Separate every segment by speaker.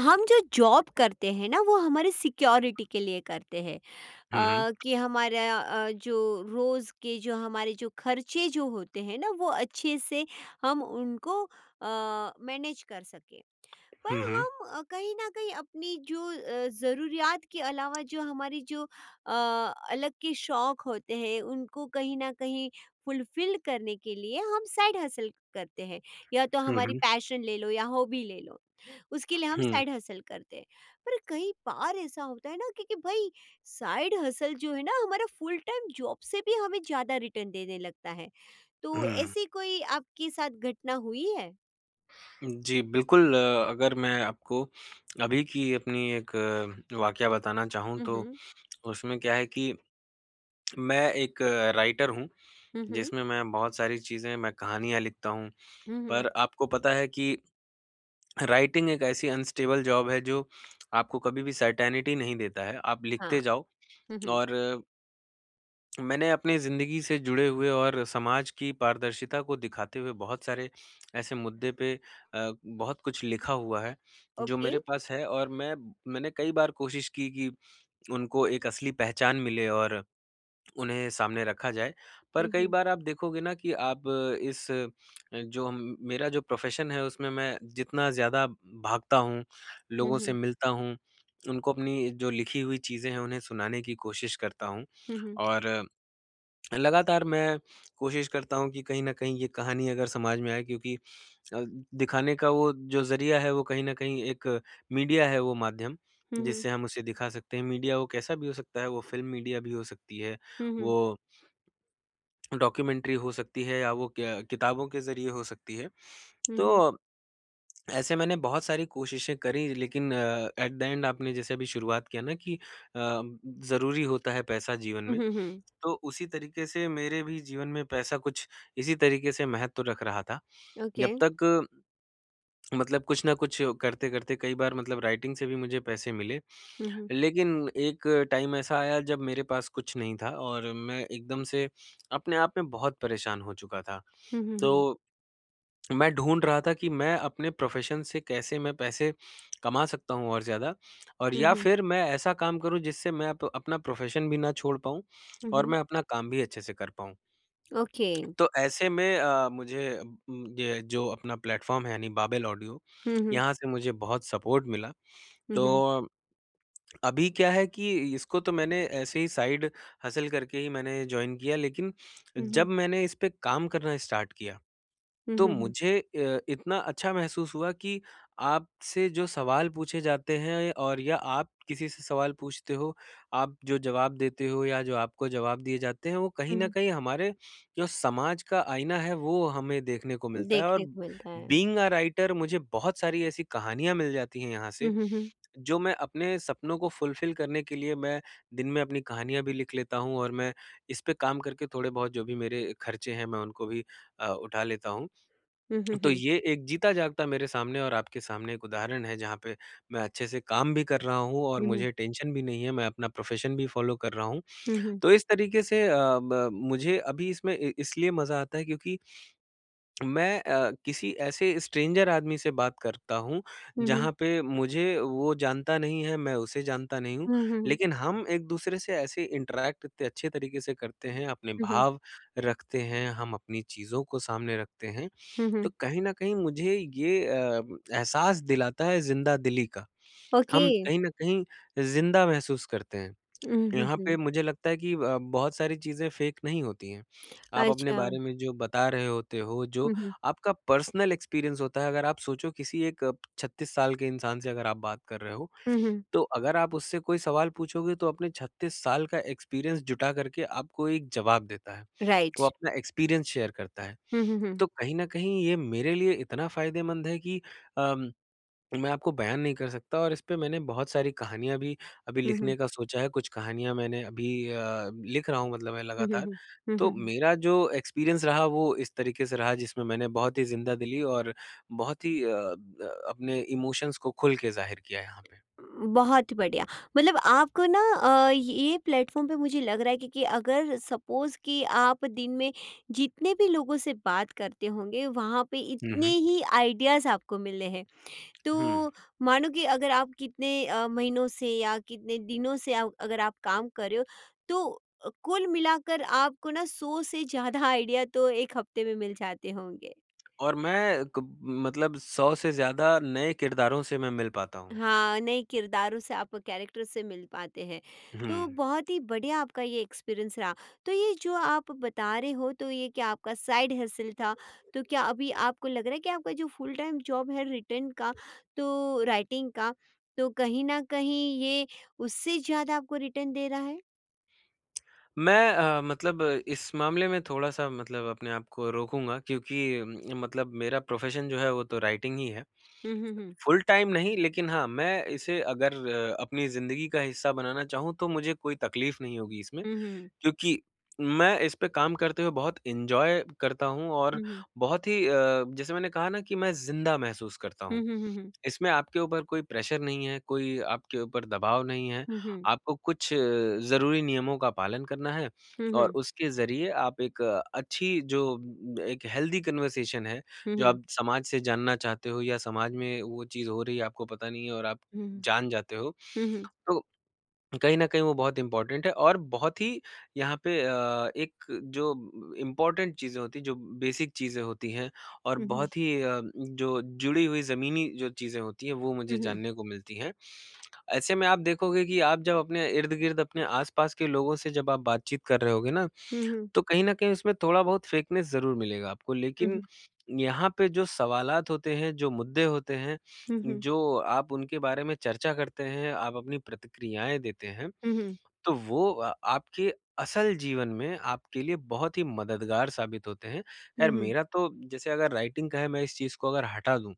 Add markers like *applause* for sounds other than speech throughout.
Speaker 1: हम जो जॉब करते हैं ना वो हमारे सिक्योरिटी के लिए करते हैं,
Speaker 2: हुँ, हुँ।
Speaker 1: कि हमारा जो रोज़ के जो हमारे जो खर्चे जो होते हैं ना वो अच्छे से हम उनको मैनेज कर सकें। पर
Speaker 2: हुँ, हुँ।
Speaker 1: हम कहीं न कहीं अपनी जो ज़रूरियात के अलावा जो हमारी जो अलग के शौक होते हैं, उनको कहीं न कहीं फुलफ़िल करने के लिए हम साइड हसल करते हैं। या तो
Speaker 2: हुँ,
Speaker 1: हमारी
Speaker 2: हुँ।
Speaker 1: पैशन ले लो या हॉबी ले लो, उसके लिए हम
Speaker 2: हुँ,
Speaker 1: साइड हसल करते हैं। पर कई बार ऐसा होता है ना कि भई साइड हसल जो है ना हमारा फ़ुल टाइम जॉब से भी हमें ज़्यादा रिटर्न देने लगता है। तो
Speaker 2: हुँ।
Speaker 1: ऐसी कोई आपके साथ घटना हुई है?
Speaker 2: जी, बिल्कुल। अगर मैं आपको अभी की अपनी एक वाकया बताना चाहूँ
Speaker 1: हुँ,
Speaker 2: तो
Speaker 1: हुँ।
Speaker 2: उसमें क्या है कि मैं एक राइटर हूँ,
Speaker 1: हुँ, हुँ।
Speaker 2: जिसमें मैं बहुत सारी चीज़ें, मैं कहानियाँ लिखता हूँ।
Speaker 1: हुँ, हुँ।
Speaker 2: पर आपको पता है कि राइटिंग एक ऐसी अनस्टेबल जॉब है जो आपको कभी भी सर्टेनिटी नहीं देता है। आप लिखते
Speaker 1: हाँ।
Speaker 2: जाओ,
Speaker 1: हुँ, हुँ।
Speaker 2: और मैंने अपनी ज़िंदगी से जुड़े हुए और समाज की पारदर्शिता को दिखाते हुए बहुत सारे ऐसे मुद्दे पे बहुत कुछ लिखा हुआ है, जो
Speaker 1: ओके।
Speaker 2: मेरे पास है। और मैंने कई बार कोशिश की कि उनको एक असली पहचान मिले और उन्हें सामने रखा जाए। पर
Speaker 1: हुँ,
Speaker 2: कई
Speaker 1: हुँ।
Speaker 2: बार आप देखोगे ना कि आप इस जो हम, मेरा जो प्रोफ़ेशन है उसमें मैं जितना ज़्यादा भागता हूँ,
Speaker 1: हुँ,
Speaker 2: लोगों से
Speaker 1: हुँ।
Speaker 2: मिलता हूँ, उनको अपनी जो लिखी हुई चीज़ें हैं उन्हें सुनाने की कोशिश करता हूँ,
Speaker 1: हुँ, हुँ।
Speaker 2: और लगातार मैं कोशिश करता हूँ कि कहीं न कहीं ये कहानी अगर समाज में आए, क्योंकि अ, दिखाने का वो जो ज़रिया है, वो कहीं न कहीं एक मीडिया है, वो माध्यम,
Speaker 1: हुँ, हुँ।
Speaker 2: जिससे हम उसे दिखा सकते हैं। मीडिया वो कैसा भी हो सकता है, वो फ़िल्म मीडिया भी हो सकती है,
Speaker 1: हुँ, हुँ।
Speaker 2: वो डॉक्यूमेंट्री हो सकती है, या वो क्या, किताबों के ज़रिए हो सकती है।
Speaker 1: हुँ,
Speaker 2: तो
Speaker 1: हुँ।
Speaker 2: ऐसे मैंने बहुत सारी कोशिशें करी, लेकिन एट द एंड, आपने जैसे अभी शुरुआत किया ना कि अ, ज़रूरी होता है पैसा जीवन
Speaker 1: हुँ,
Speaker 2: में।
Speaker 1: हुँ, हुँ।
Speaker 2: तो उसी तरीके से मेरे भी जीवन में पैसा कुछ इसी तरीके से महत्व रख रहा था।
Speaker 1: ओके।
Speaker 2: जब तक, मतलब कुछ ना कुछ करते-करते, कई बार मतलब राइटिंग से भी मुझे पैसे मिले।
Speaker 1: हुँ, हुँ।
Speaker 2: लेकिन एक टाइम ऐसा आया जब मेरे पास कुछ नहीं था, और मैं एकदम से अपने आप में बहुत परेशान हो चुका था।
Speaker 1: हुँ, हुँ, हुँ।
Speaker 2: तो मैं ढूँढ रहा था कि मैं अपने प्रोफ़ेशन से कैसे मैं पैसे कमा सकता हूँ और ज़्यादा, और
Speaker 1: हुँ,
Speaker 2: या
Speaker 1: हुँ।
Speaker 2: फिर मैं ऐसा काम करूँ जिससे मैं अप अपना प्रोफ़ेशन भी ना छोड़ पाऊँ
Speaker 1: हुँ,
Speaker 2: और
Speaker 1: हुँ।
Speaker 2: मैं अपना काम भी अच्छे से कर पाऊँ।
Speaker 1: ओके।
Speaker 2: तो ऐसे में मुझे ये जो अपना प्लेटफ़ॉर्म है, यानी बाबेल ऑडियो,
Speaker 1: हुँ, हुँ।
Speaker 2: यहाँ से मुझे बहुत सपोर्ट मिला।
Speaker 1: हुँ, हुँ।
Speaker 2: तो अभी क्या है कि इसको तो मैंने ऐसे ही साइड हसल करके ही मैंने जॉइन किया, लेकिन
Speaker 1: हुँ,
Speaker 2: जब
Speaker 1: हुँ।
Speaker 2: मैंने इस पे काम करना स्टार्ट किया
Speaker 1: हुँ,
Speaker 2: तो
Speaker 1: हुँ, हुँ।
Speaker 2: मुझे इतना अच्छा महसूस हुआ कि आपसे जो सवाल पूछे जाते हैं, और या आप किसी से सवाल पूछते हो, आप जो जवाब देते हो या जो आपको जवाब दिए जाते हैं, वो कहीं
Speaker 1: हुँ,
Speaker 2: न
Speaker 1: हुँ।
Speaker 2: कहीं हमारे जो समाज का आईना है, वो हमें देखने को मिलता है। और
Speaker 1: देखने को मिलता है।
Speaker 2: बीइंग अ राइटर, मुझे बहुत सारी ऐसी कहानियाँ मिल जाती हैं यहाँ से,
Speaker 1: हुँ, हुँ, हुँ।
Speaker 2: जो मैं अपने सपनों को फुलफ़िल करने के लिए मैं दिन में अपनी कहानियाँ भी लिख लेता हूँ, और मैं इस पे काम करके थोड़े बहुत जो भी मेरे खर्चे हैं, मैं उनको भी उठा लेता हूँ।
Speaker 1: हुँ, हुँ,
Speaker 2: तो
Speaker 1: हुँ।
Speaker 2: ये एक जीता जागता मेरे सामने और आपके सामने एक उदाहरण है, जहाँ पे मैं अच्छे से काम भी कर रहा हूँ और
Speaker 1: हुँ, हुँ।
Speaker 2: मुझे टेंशन भी नहीं है, मैं अपना प्रोफ़ेशन भी फ़ॉलो कर रहा हूँ।
Speaker 1: हुँ, हुँ।
Speaker 2: तो इस तरीके से अ, ब मुझे अभी इसमें इ इसलिए मज़ा आता है, क्योंकि मैं किसी ऐसे स्ट्रेंजर आदमी से बात करता हूँ,
Speaker 1: हुँ, हुँ।
Speaker 2: जहाँ पे मुझे वो जानता नहीं है, मैं उसे जानता नहीं हूँ।
Speaker 1: हुँ, हुँ, हुँ।
Speaker 2: लेकिन हम एक-दूसरे से ऐसे इंटरैक्ट इतने अच्छे तरीके से करते हैं, अपने
Speaker 1: हुँ, हुँ।
Speaker 2: भाव रखते हैं, हम अपनी चीज़ों को सामने रखते हैं,
Speaker 1: हुँ,
Speaker 2: तो
Speaker 1: हुँ।
Speaker 2: कहीं न कहीं मुझे ये एहसास दिलाता है ज़िंदा-दिली का।
Speaker 1: ओके।
Speaker 2: हम कहीं न कहीं ज़िंदा महसूस करते हैं।
Speaker 1: हुँ, हुँ,
Speaker 2: यहाँ पे
Speaker 1: हुँ।
Speaker 2: मुझे लगता है कि बहुत सारी चीज़ें फ़ेक नहीं होती हैं। आप अपने
Speaker 1: अच्छा।
Speaker 2: बारे में जो बता रहे होते हो, जो
Speaker 1: हुँ, हुँ।
Speaker 2: आपका पर्सनल एक्सपीरियंस होता है, अगर आप सोचो, किसी एक 36 साल के इंसान से अगर आप बात कर रहे हो,
Speaker 1: हुँ, हुँ।
Speaker 2: तो अगर आप उससे कोई सवाल पूछोगे तो अपने 36 साल का एक्सपीरियंस जुटा करके आपको एक जवाब देता है। वो
Speaker 1: राइट।
Speaker 2: अपना एक्सपीरियंस शेयर करता है।
Speaker 1: हुँ, हुँ, हुँ।
Speaker 2: तो कहीं न कहीं ये मेरे लिए इतना फ़ायदेमंद है कि अम, मैं आपको बयान नहीं कर सकता, और इस पे मैंने बहुत सारी कहानियाँ भी अभी
Speaker 1: हुँ, हुँ।
Speaker 2: लिखने का सोचा है। कुछ कहानियाँ मैंने अभी लिख रहा हूँ, मतलब मैं
Speaker 1: हुँ, हुँ,
Speaker 2: लगातार।
Speaker 1: हुँ। हुँ,
Speaker 2: तो
Speaker 1: हुँ, हुँ।
Speaker 2: मेरा जो एक्सपीरियंस रहा वो इस तरीके से रहा, जिसमें मैंने बहुत ही ज़िंदा दिली और बहुत ही अ, ब अपने इमोशंस को खुल के ज़ाहिर किया यहाँ पे।
Speaker 1: बहुत बढ़िया। मतलब आपको ना ये प्लेटफ़ॉर्म पे मुझे लग रहा है क्योंकि अगर सपोज़ कि आप दिन में जितने भी लोगों से बात करते होंगे, वहाँ पे
Speaker 2: हुँ,
Speaker 1: इतने
Speaker 2: हुँ।
Speaker 1: ही आइडियाज़ आपको मिले हैं।
Speaker 2: हुँ,
Speaker 1: तो मानो कि अगर आप कितने महीनों से या कितने दिनों से अगर आप काम कर रहे हो, तो कुल मिलाकर आपको ना 100 से ज़्यादा आइडिया तो एक हफ़्ते में मिल जाते होंगे।
Speaker 2: और मैं क मतलब 100 से ज़्यादा नए किरदारों से मैं मिल पाता हूँ।
Speaker 1: हाँ, नहीं, किरदारों से आप कैरेक्टर्स से मिल पाते हैं,
Speaker 2: हुँ,
Speaker 1: तो बहुत ही बढ़िया आपका ये एक्सपीरियंस रहा। तो ये जो आप बता रहे हो, तो ये कि आपका साइड हसल था, तो क्या अभी आपको लग रहा है कि आपका जो फुल टाइम जॉब है, रिटेन का, तो राइटिंग का, तो कहीं ना कहीं ये उससे ज्यादा आपको रिटेन दे रहा है?
Speaker 2: मैं मतलब इस मामले में थोड़ा-सा, मतलब अपने आप को रोकूँगा, क्योंकि मतलब मेरा प्रोफ़ेशन जो है वो तो राइटिंग ही है।
Speaker 1: हम्म, हम्म।
Speaker 2: फुल टाइम नहीं, लेकिन हाँ, मैं इसे अगर अपनी ज़िंदगी का हिस्सा बनाना चाहूँ तो मुझे कोई तकलीफ़ नहीं होगी इसमें,
Speaker 1: हम्म,
Speaker 2: क्योंकि मैं इस पे काम करते हुए बहुत एन्जॉय करता हूँ, और
Speaker 1: हम्म।
Speaker 2: बहुत ही जैसे मैंने कहा ना कि मैं ज़िंदा महसूस करता हूँ।
Speaker 1: हम्म, हम्म।
Speaker 2: इसमें आपके ऊपर कोई प्रेशर नहीं है, कोई आपके ऊपर दबाव नहीं है।
Speaker 1: हम्म,
Speaker 2: आपको कुछ ज़रूरी नियमों का पालन करना है,
Speaker 1: हम्म।
Speaker 2: और
Speaker 1: हम्म,
Speaker 2: उसके ज़रिए आप एक अच्छी जो एक हेल्दी कन्वर्सेशन है, जो
Speaker 1: हम्म।
Speaker 2: आप समाज से जानना चाहते हो, या समाज में वो चीज़ हो रही है, आपको पता नहीं है, और आप
Speaker 1: हम्म,
Speaker 2: जान जाते हो।
Speaker 1: हम्म।
Speaker 2: तो कहीं न कहीं वो बहुत इम्पोर्टेंट है, और बहुत ही यहाँ पे एक जो इम्पोर्टेंट चीज़ें होती हैं, जो बेसिक चीज़ें होती हैं और
Speaker 1: हम्म,
Speaker 2: बहुत ही जो जुड़ी हुई ज़मीनी जो चीज़ें होती हैं, वो मुझे
Speaker 1: हम्म।
Speaker 2: जानने को मिलती हैं। ऐसे में आप देखोगे कि आप जब अपने इर्द-गिर्द, अपने आस-पास के लोगों से जब आप बातचीत कर रहे होगे ना,
Speaker 1: हम्म,
Speaker 2: तो कहीं न कहीं उसमें थोड़ा बहुत फेकनेस ज़रूर मिलेगा आपको।
Speaker 1: हम्म।
Speaker 2: लेकिन
Speaker 1: हम्म,
Speaker 2: यहाँ पे जो सवालात होते हैं, जो मुद्दे होते हैं,
Speaker 1: हम्म।
Speaker 2: जो आप उनके बारे में चर्चा करते हैं, आप अपनी प्रतिक्रियाएँ देते हैं,
Speaker 1: हम्म,
Speaker 2: तो वो आपके असल जीवन में आपके लिए बहुत ही मददगार साबित होते हैं।
Speaker 1: हम्म।
Speaker 2: खैर
Speaker 1: हम्म,
Speaker 2: मेरा तो जैसे, अगर राइटिंग का है, मैं इस चीज़ को अगर हटा दूँ,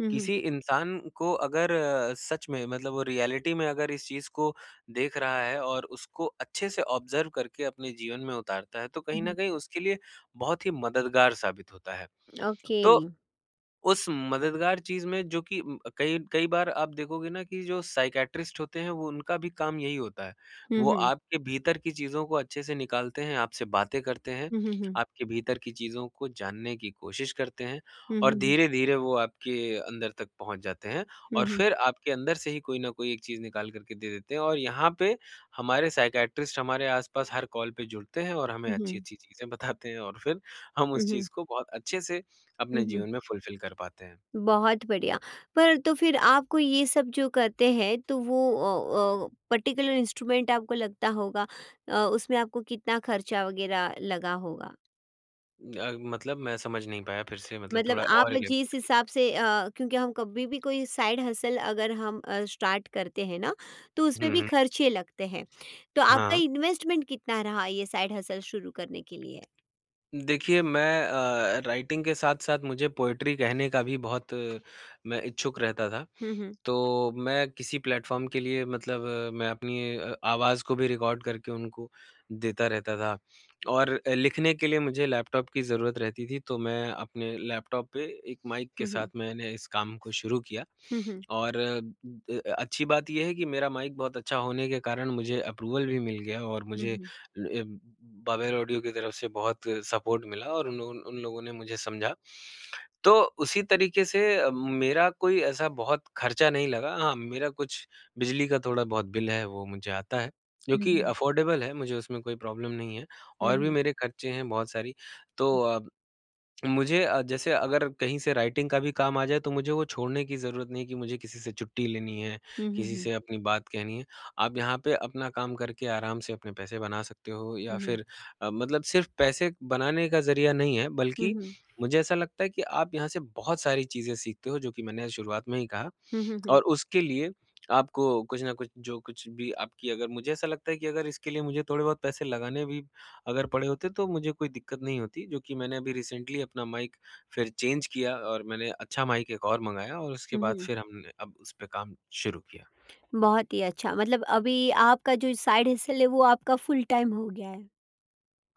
Speaker 1: हम्म।
Speaker 2: किसी इंसान को अगर सच में, मतलब वो रियलिटी में अगर इस चीज़ को देख रहा है और उसको अच्छे से ऑब्ज़र्व करके अपने जीवन में उतारता है, तो कहीं न
Speaker 1: Mhm.
Speaker 2: कहीं उसके लिए बहुत ही मददगार साबित होता है।
Speaker 1: ओके।
Speaker 2: तो उस मददगार चीज़ में, जो कि कई कई बार आप देखोगे ना कि जो साइकियाट्रिस्ट होते हैं, वो उनका भी काम यही होता है।
Speaker 1: हुँ,
Speaker 2: वो
Speaker 1: हुँ।
Speaker 2: आपके भीतर की चीज़ों को अच्छे से निकालते हैं, आपसे बातें करते हैं,
Speaker 1: हुँ, हुँ, हुँ।
Speaker 2: आपके भीतर की चीज़ों को जानने की कोशिश करते हैं,
Speaker 1: हुँ,
Speaker 2: और
Speaker 1: हुँ, हुँ।
Speaker 2: धीरे-धीरे वो आपके अंदर तक पहुँच जाते हैं,
Speaker 1: हुँ,
Speaker 2: और
Speaker 1: हुँ।
Speaker 2: फिर आपके अंदर से ही कोई न कोई एक चीज़ निकाल कर के दे देते हैं। और यहाँ पे हमारे साइकियाट्रिस्ट हमारे आस-पास हर कॉल पे जुड़ते हैं, और हमें
Speaker 1: हुँ, हुँ।
Speaker 2: अच्छी-अच्छी चीज़ें बताते हैं, और फिर हम
Speaker 1: हुँ,
Speaker 2: उस
Speaker 1: हुँ।
Speaker 2: चीज़ को बहुत अच्छे से अपने
Speaker 1: हुँ, हुँ।
Speaker 2: जीवन में फुलफ़िल कर पाते हैं।
Speaker 1: बहुत बढ़िया। पर तो फिर आपको ये सब जो करते हैं तो वो पर्टिकुलर इंस्ट्रूमेंट आपको लगता होगा, उसमें आपको कितना खर्चा वग़ैरह लगा होगा?
Speaker 2: मतलब मैं समझ नहीं पाया, फिर से, मतलब
Speaker 1: मतलब
Speaker 2: थोड़ा
Speaker 1: आप
Speaker 2: और एलाबोरेट
Speaker 1: जिस
Speaker 2: कीजिए।
Speaker 1: हिसाब से क्योंकि हम कभी भी कोई साइड हसल अगर हम स्टार्ट करते हैं ना, तो
Speaker 2: हुँ,
Speaker 1: उसमें भी
Speaker 2: हुँ,
Speaker 1: खर्चे लगते हैं। तो आपका
Speaker 2: हाँ।
Speaker 1: इन्वेस्टमेंट कितना रहा ये साइड हसल शुरू करने के लिए?
Speaker 2: देखिए, मैं राइटिंग के साथ-साथ मुझे पोएट्री कहने का भी बहुत मैं इच्छुक रहता था,
Speaker 1: हुँ, हुँ।
Speaker 2: तो मैं किसी प्लेटफ़ॉर्म के लिए, मतलब मैं अपनी आवाज़ को भी रिकॉर्ड करके उनको देता रहता था। और लिखने के लिए मुझे लैपटॉप की ज़रूरत रहती थी, तो मैं अपने लैपटॉप पे एक माइक के
Speaker 1: हुँ,
Speaker 2: साथ
Speaker 1: हुँ।
Speaker 2: मैंने इस काम को शुरू किया।
Speaker 1: हुँ, हुँ।
Speaker 2: और अच्छी बात ये है कि मेरा माइक बहुत अच्छा होने के कारण मुझे अप्रूवल भी मिल गया, और
Speaker 1: हुँ,
Speaker 2: मुझे
Speaker 1: हुँ।
Speaker 2: ल अ, बाबेल ऑडियो की तरफ से बहुत सपोर्ट मिला, और उन उन उन लोगों ने मुझे समझा। तो उसी तरीके से मेरा कोई ऐसा बहुत खर्चा नहीं लगा। हाँ, मेरा कुछ बिजली का थोड़ा बहुत बिल है वो मुझे आता है, जो
Speaker 1: हुँ,
Speaker 2: कि
Speaker 1: हुँ।
Speaker 2: अफ़ोर्डेबल है, मुझे उसमें कोई प्रॉब्लम नहीं है।
Speaker 1: हुँ,
Speaker 2: और भी
Speaker 1: हुँ।
Speaker 2: मेरे खर्चे हैं बहुत सारी। तो मुझे जैसे अगर कहीं से राइटिंग का भी काम आ जाए तो मुझे वो छोड़ने की ज़रूरत नहीं है कि मुझे किसी से छुट्टी लेनी है,
Speaker 1: हुँ, हुँ,
Speaker 2: किसी
Speaker 1: हुँ।
Speaker 2: से अपनी बात कहनी है। आप यहाँ पे अपना काम करके आराम से अपने पैसे बना सकते हो, या
Speaker 1: हुँ, हुँ।
Speaker 2: फिर मतलब सिर्फ़ पैसे बनाने का ज़रिया नहीं है,
Speaker 1: हुँ,
Speaker 2: बल्कि
Speaker 1: हुँ।
Speaker 2: मुझे ऐसा लगता है कि आप यहाँ से बहुत सारी चीज़ें सीखते हो, जो कि मैंने शुरुआत में ही कहा।
Speaker 1: हुँ, हुँ, हुँ।
Speaker 2: और उसके लिए आपको कुछ न कुछ, जो कुछ भी आपकी, अगर मुझे ऐसा लगता है कि अगर इसके लिए मुझे थोड़े बहुत पैसे लगाने भी अगर पड़े होते तो मुझे कोई दिक्कत नहीं होती, जो कि मैंने अभी रिसेंटली अपना माइक फिर चेंज किया, और मैंने अच्छा माइक एक और मँगाया, और उसके
Speaker 1: हुँ,
Speaker 2: बाद
Speaker 1: हुँ।
Speaker 2: फिर हमने अब उस पे काम शुरू किया।
Speaker 1: बहुत ही अच्छा, मतलब अभी आपका जो साइड हसल है वो आपका फुल टाइम हो गया है।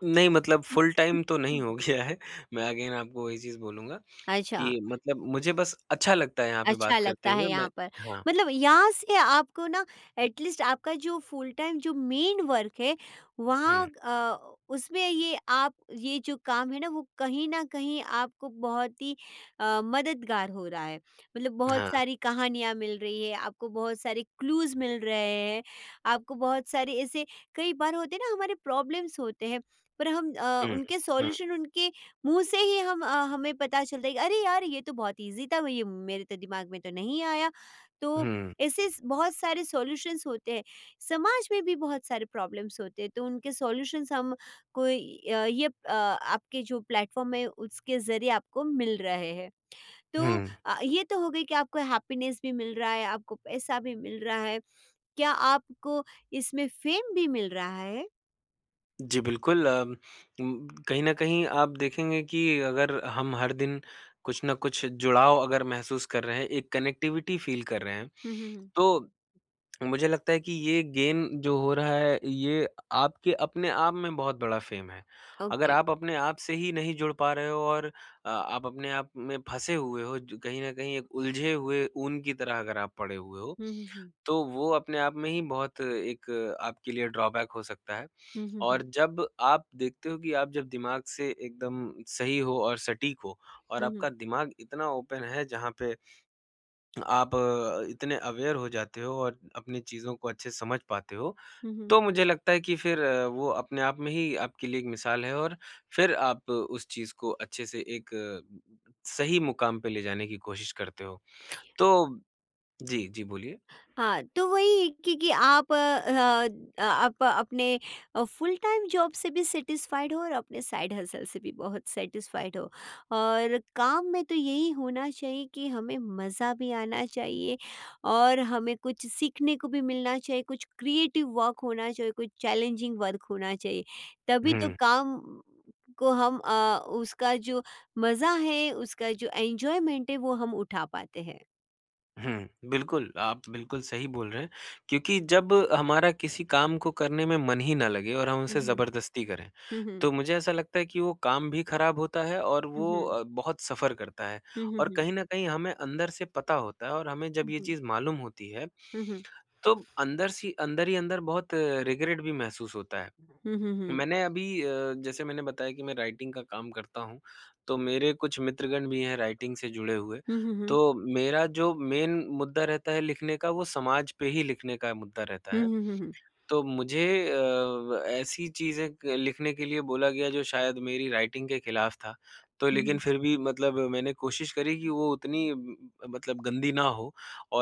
Speaker 2: नहीं, मतलब फुल टाइम तो नहीं हो
Speaker 1: *laughs*
Speaker 2: गया है, मैं अगेन आपको वही चीज़ बोलूँगा
Speaker 1: अच्छा।
Speaker 2: कि मतलब मुझे बस अच्छा लगता है यहाँ पे
Speaker 1: अच्छा
Speaker 2: बात करते
Speaker 1: लगता है
Speaker 2: हुए
Speaker 1: यहाँ
Speaker 2: मैं।
Speaker 1: पर।
Speaker 2: हाँ।
Speaker 1: मतलब यहाँ से आपको ना एट लीस्ट आपका जो फुल टाइम जो मेन वर्क है, वहाँ
Speaker 2: हुँ।
Speaker 1: उसमें ये आप ये जो काम है ना वो कहीं न कहीं आपको बहुत ही मददगार हो रहा है। मतलब बहुत
Speaker 2: हाँ।
Speaker 1: सारी कहानियाँ मिल रही है, आपको बहुत सारे क्लूज़ मिल रहे हैं, आपको बहुत सारे ऐसे, कई बार होते हैं ना हमारे प्रॉब्लम्स होते हैं, पर हम
Speaker 2: हुँ।
Speaker 1: उनके
Speaker 2: हुँ।
Speaker 1: सॉल्यूशन उनके मुँह से ही हम हमें पता चलता है कि अरे यार, ये तो बहुत ईज़ी था, ये मेरे तो दिमाग में तो नहीं आया। तो
Speaker 2: हुँ।
Speaker 1: ऐसे स बहुत सारे सॉल्यूशंस होते हैं। समाज में भी बहुत सारे प्रॉब्लम्स होते हैं, तो उनके सॉल्यूशंस हम कोई आपके जो प्लेटफ़ॉर्म है उसके ज़रिए आपको मिल रहे हैं। तो
Speaker 2: हुँ।
Speaker 1: ये तो हो गई कि आपको हैप्पीनेस भी मिल रहा है, आपको पैसा भी मिल रहा है। क्या आपको इसमें फ़ेम भी मिल रहा है?
Speaker 2: जी, बिल्कुल। कहीं न कहीं आप देखेंगे कि अगर हम हर दिन कुछ न कुछ जुड़ाव अगर महसूस कर रहे हैं, एक कनेक्टिविटी फ़ील कर रहे हैं,
Speaker 1: हुँ, हुँ, हुँ।
Speaker 2: तो मुझे लगता है कि ये गेन जो हो रहा है, ये आपके अपने आप में बहुत बड़ा फ़ेम है। अगर
Speaker 1: ओके।
Speaker 2: आप अपने आप से ही नहीं जुड़ पा रहे हो और आप अपने आप में फँसे हुए हो, ज कहीं न कहीं एक उलझे हुए ऊन की तरह अगर आप पड़े हुए हो,
Speaker 1: हुँ, हुँ, हुँ।
Speaker 2: तो वो अपने आप में ही बहुत एक आपके लिए ड्रॉबैक हो सकता है।
Speaker 1: हुँ, हुँ,
Speaker 2: और
Speaker 1: हुँ।
Speaker 2: जब आप देखते हो कि आप जब दिमाग से एकदम सही हो और सटीक हो और
Speaker 1: हुँ, हुँ।
Speaker 2: आपका दिमाग इतना ओपन है जहाँ पे आप इतने अवेयर हो जाते हो और अपनी चीज़ों को अच्छे से समझ पाते हो,
Speaker 1: हुँ, हुँ।
Speaker 2: तो मुझे लगता है कि फिर वो अपने आप में ही आपके लिए एक मिसाल है और फिर आप उस चीज़ को अच्छे से एक सही मुकाम पे ले जाने की कोशिश करते हो। तो। जी, जी बोलिए।
Speaker 1: हाँ, तो वही कि आप आप अपने फुल टाइम जॉब से भी सैटिस्फाइड हो और अपने साइड हसल से भी बहुत सैटिस्फाइड हो। और काम में तो यही होना चाहिए कि हमें मज़ा भी आना चाहिए और हमें कुछ सीखने को भी मिलना चाहिए, कुछ क्रिएटिव वर्क होना चाहिए, कुछ चैलेंजिंग वर्क होना चाहिए। तभी तो
Speaker 2: हुँ।
Speaker 1: काम को हम उसका जो मज़ा है, उसका जो एन्जॉयमेंट है, वो हम उठा पाते हैं।
Speaker 2: हुँ, बिल्कुल, आप बिल्कुल सही बोल रहे हैं क्योंकि जब हमारा किसी काम को करने में मन ही ना लगे और हम
Speaker 1: हुँ,
Speaker 2: उसे
Speaker 1: हुँ।
Speaker 2: ज़बरदस्ती करें,
Speaker 1: हुँ, हुँ।
Speaker 2: तो मुझे ऐसा लगता है कि वो काम भी खराब होता है और
Speaker 1: हुँ,
Speaker 2: वो
Speaker 1: हुँ।
Speaker 2: बहुत सफ़र करता है
Speaker 1: हुँ, हुँ,
Speaker 2: और
Speaker 1: हुँ।
Speaker 2: कहीं न कहीं हमें अंदर से पता होता है और हमें जब
Speaker 1: हुँ,
Speaker 2: ये
Speaker 1: हुँ।
Speaker 2: चीज़ मालूम होती है,
Speaker 1: हुँ, हुँ।
Speaker 2: तो अंदर सी अंदर ही अंदर बहुत रिग्रेट भी महसूस होता है।
Speaker 1: हुँ, हुँ, हुँ।
Speaker 2: मैंने अभी जैसे मैंने बताया कि मैं राइटिंग का काम करता हूँ, तो मेरे कुछ मित्रगण भी हैं राइटिंग से जुड़े हुए।
Speaker 1: हुँ, हुँ, हुँ।
Speaker 2: तो मेरा जो मेन मुद्दा रहता है लिखने का, वो समाज पे ही लिखने का मुद्दा रहता
Speaker 1: हुँ,
Speaker 2: है।
Speaker 1: हुँ, हुँ, हुँ।
Speaker 2: तो मुझे ऐसी चीज़ें क लिखने के लिए बोला गया जो शायद मेरी राइटिंग के खिलाफ था। तो लेकिन फिर भी मतलब मैंने कोशिश करी कि वो उतनी मतलब गंदी ना हो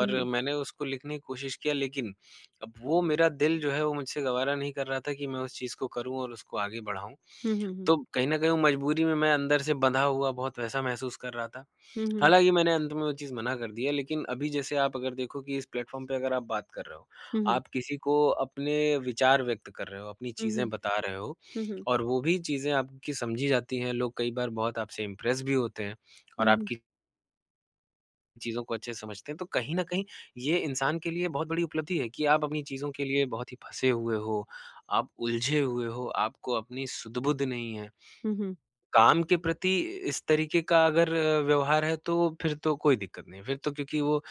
Speaker 1: हुँ, हुँ।
Speaker 2: मैंने उसको लिखने की कोशिश किया लेकिन अब वो मेरा दिल जो है वो मुझसे गवारा नहीं कर रहा था कि मैं उस चीज़ को करूँ और उसको आगे बढ़ाऊँ।
Speaker 1: हुँ,
Speaker 2: तो कहीं न कहीं वो मजबूरी में मैं अंदर से बँधा हुआ बहुत वैसा महसूस कर रहा था।
Speaker 1: हुँ।
Speaker 2: हालाँकि मैंने अंत में वो चीज़ मना कर दिया लेकिन अभी जैसे आप अगर देखो कि इस प्लेटफ़ॉर्म पे अगर आप बात कर रहे हो,
Speaker 1: हुँ, हुँ, हुँ।
Speaker 2: आप किसी को अपने विचार व्यक्त कर रहे हो, अपनी
Speaker 1: हुँ,
Speaker 2: चीज़ें
Speaker 1: हुँ।
Speaker 2: बता रहे हो
Speaker 1: हुँ, हुँ।
Speaker 2: और वो भी चीज़ें आपकी समझी जाती हैं, लोग कई बार बहुत आपसे इम्प्रेस भी होते हैं और
Speaker 1: हुँ, हुँ।
Speaker 2: आपकी चीज़ों को अच्छे से समझते हैं। तो कहीं न कहीं ये इंसान के लिए बहुत बड़ी उपलब्धि है कि आप अपनी चीज़ों के लिए बहुत ही फँसे हुए हो, आप उलझे हुए हो, आपको अपनी सुध-बुध नहीं है।
Speaker 1: हुँ, हुँ।
Speaker 2: काम के प्रति इस तरीके का अगर व्यवहार है तो फिर तो कोई दिक्कत नहीं है, फिर तो क्योंकि वो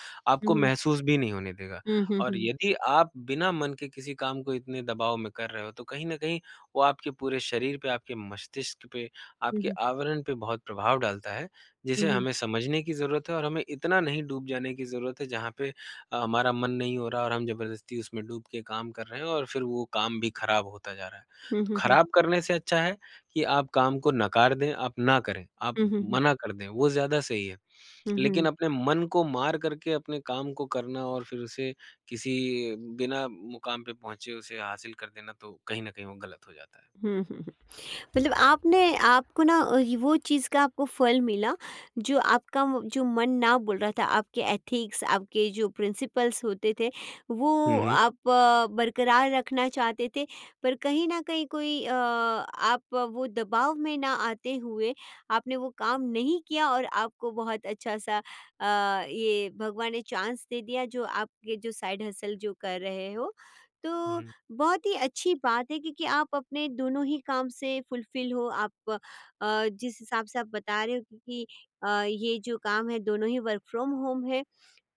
Speaker 1: हुँ,
Speaker 2: आपको
Speaker 1: हुँ। हुँ, हुँ।
Speaker 2: महसूस भी नहीं होने देगा।
Speaker 1: हुँ, हुँ,
Speaker 2: और
Speaker 1: हुँ।
Speaker 2: यदि आप बिना मन के किसी काम को इतने दबाव में कर रहे हो तो कहीं न कहीं वो आपके पूरे शरीर पे, आपके मस्तिष्क पे,
Speaker 1: हुँ,
Speaker 2: आपके
Speaker 1: हुँ।
Speaker 2: आवरण पे बहुत प्रभाव डालता है,
Speaker 1: हुँ,
Speaker 2: जिसे
Speaker 1: हुँ।
Speaker 2: हमें समझने की ज़रूरत है और हमें इतना नहीं डूब जाने की ज़रूरत है जहाँ पे हमारा मन नहीं हो रहा और हम ज़बरदस्ती उसमें डूब के काम कर रहे हैं और फिर वो काम भी खराब होता जा रहा है।
Speaker 1: हुँ,
Speaker 2: तो
Speaker 1: हुँ, हुँ।
Speaker 2: खराब करने से अच्छा है कि आप काम को नकार दें, आप ना करें, आप
Speaker 1: हुँ, हुँ, हुँ।
Speaker 2: मना कर दें, वो ज़्यादा सही है।
Speaker 1: हुँ,
Speaker 2: लेकिन
Speaker 1: हुँ।
Speaker 2: अपने मन को मार करके अपने काम को करना और फिर उसे किसी बिना मुकाम पे पहुँचे उसे हासिल कर देना तो कहीं न कहीं वो गलत हो जाता है।
Speaker 1: हुँ, हुँ। मतलब आपने, आपको ना ये वो चीज़ का आपको फल मिला, जो आपका जो मन ना बोल रहा था, आपके एथिक्स, आपके जो प्रिंसिपल्स होते थे, वो
Speaker 2: हुँ, हुँ।
Speaker 1: आप बरकरार रखना चाहते थे, पर कहीं ना कहीं कोई आप वो दबाव में ना आते हुए, आपने वो काम नहीं किया, और आपको बहुत अच्छा सा ये भगवान ने चांस दे दिया जो आपके जो साइड हसल जो कर रहे हो।
Speaker 2: हुँ,
Speaker 1: तो
Speaker 2: हुँ।
Speaker 1: बहुत ही अच्छी बात है क्योंकि आप अपने दोनों ही काम से फुलफिल हो। आप जिस हिसाब से आप बता रहे हो, क्योंकि ये जो काम है दोनों ही वर्क फ्रॉम होम है,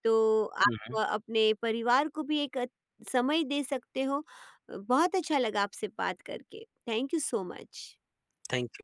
Speaker 1: तो
Speaker 2: हुँ, हुँ।
Speaker 1: आप अपने परिवार को भी एक समय दे सकते हो। बहुत अच्छा लगा आपसे बात करके, thank you so much.
Speaker 2: Thank you.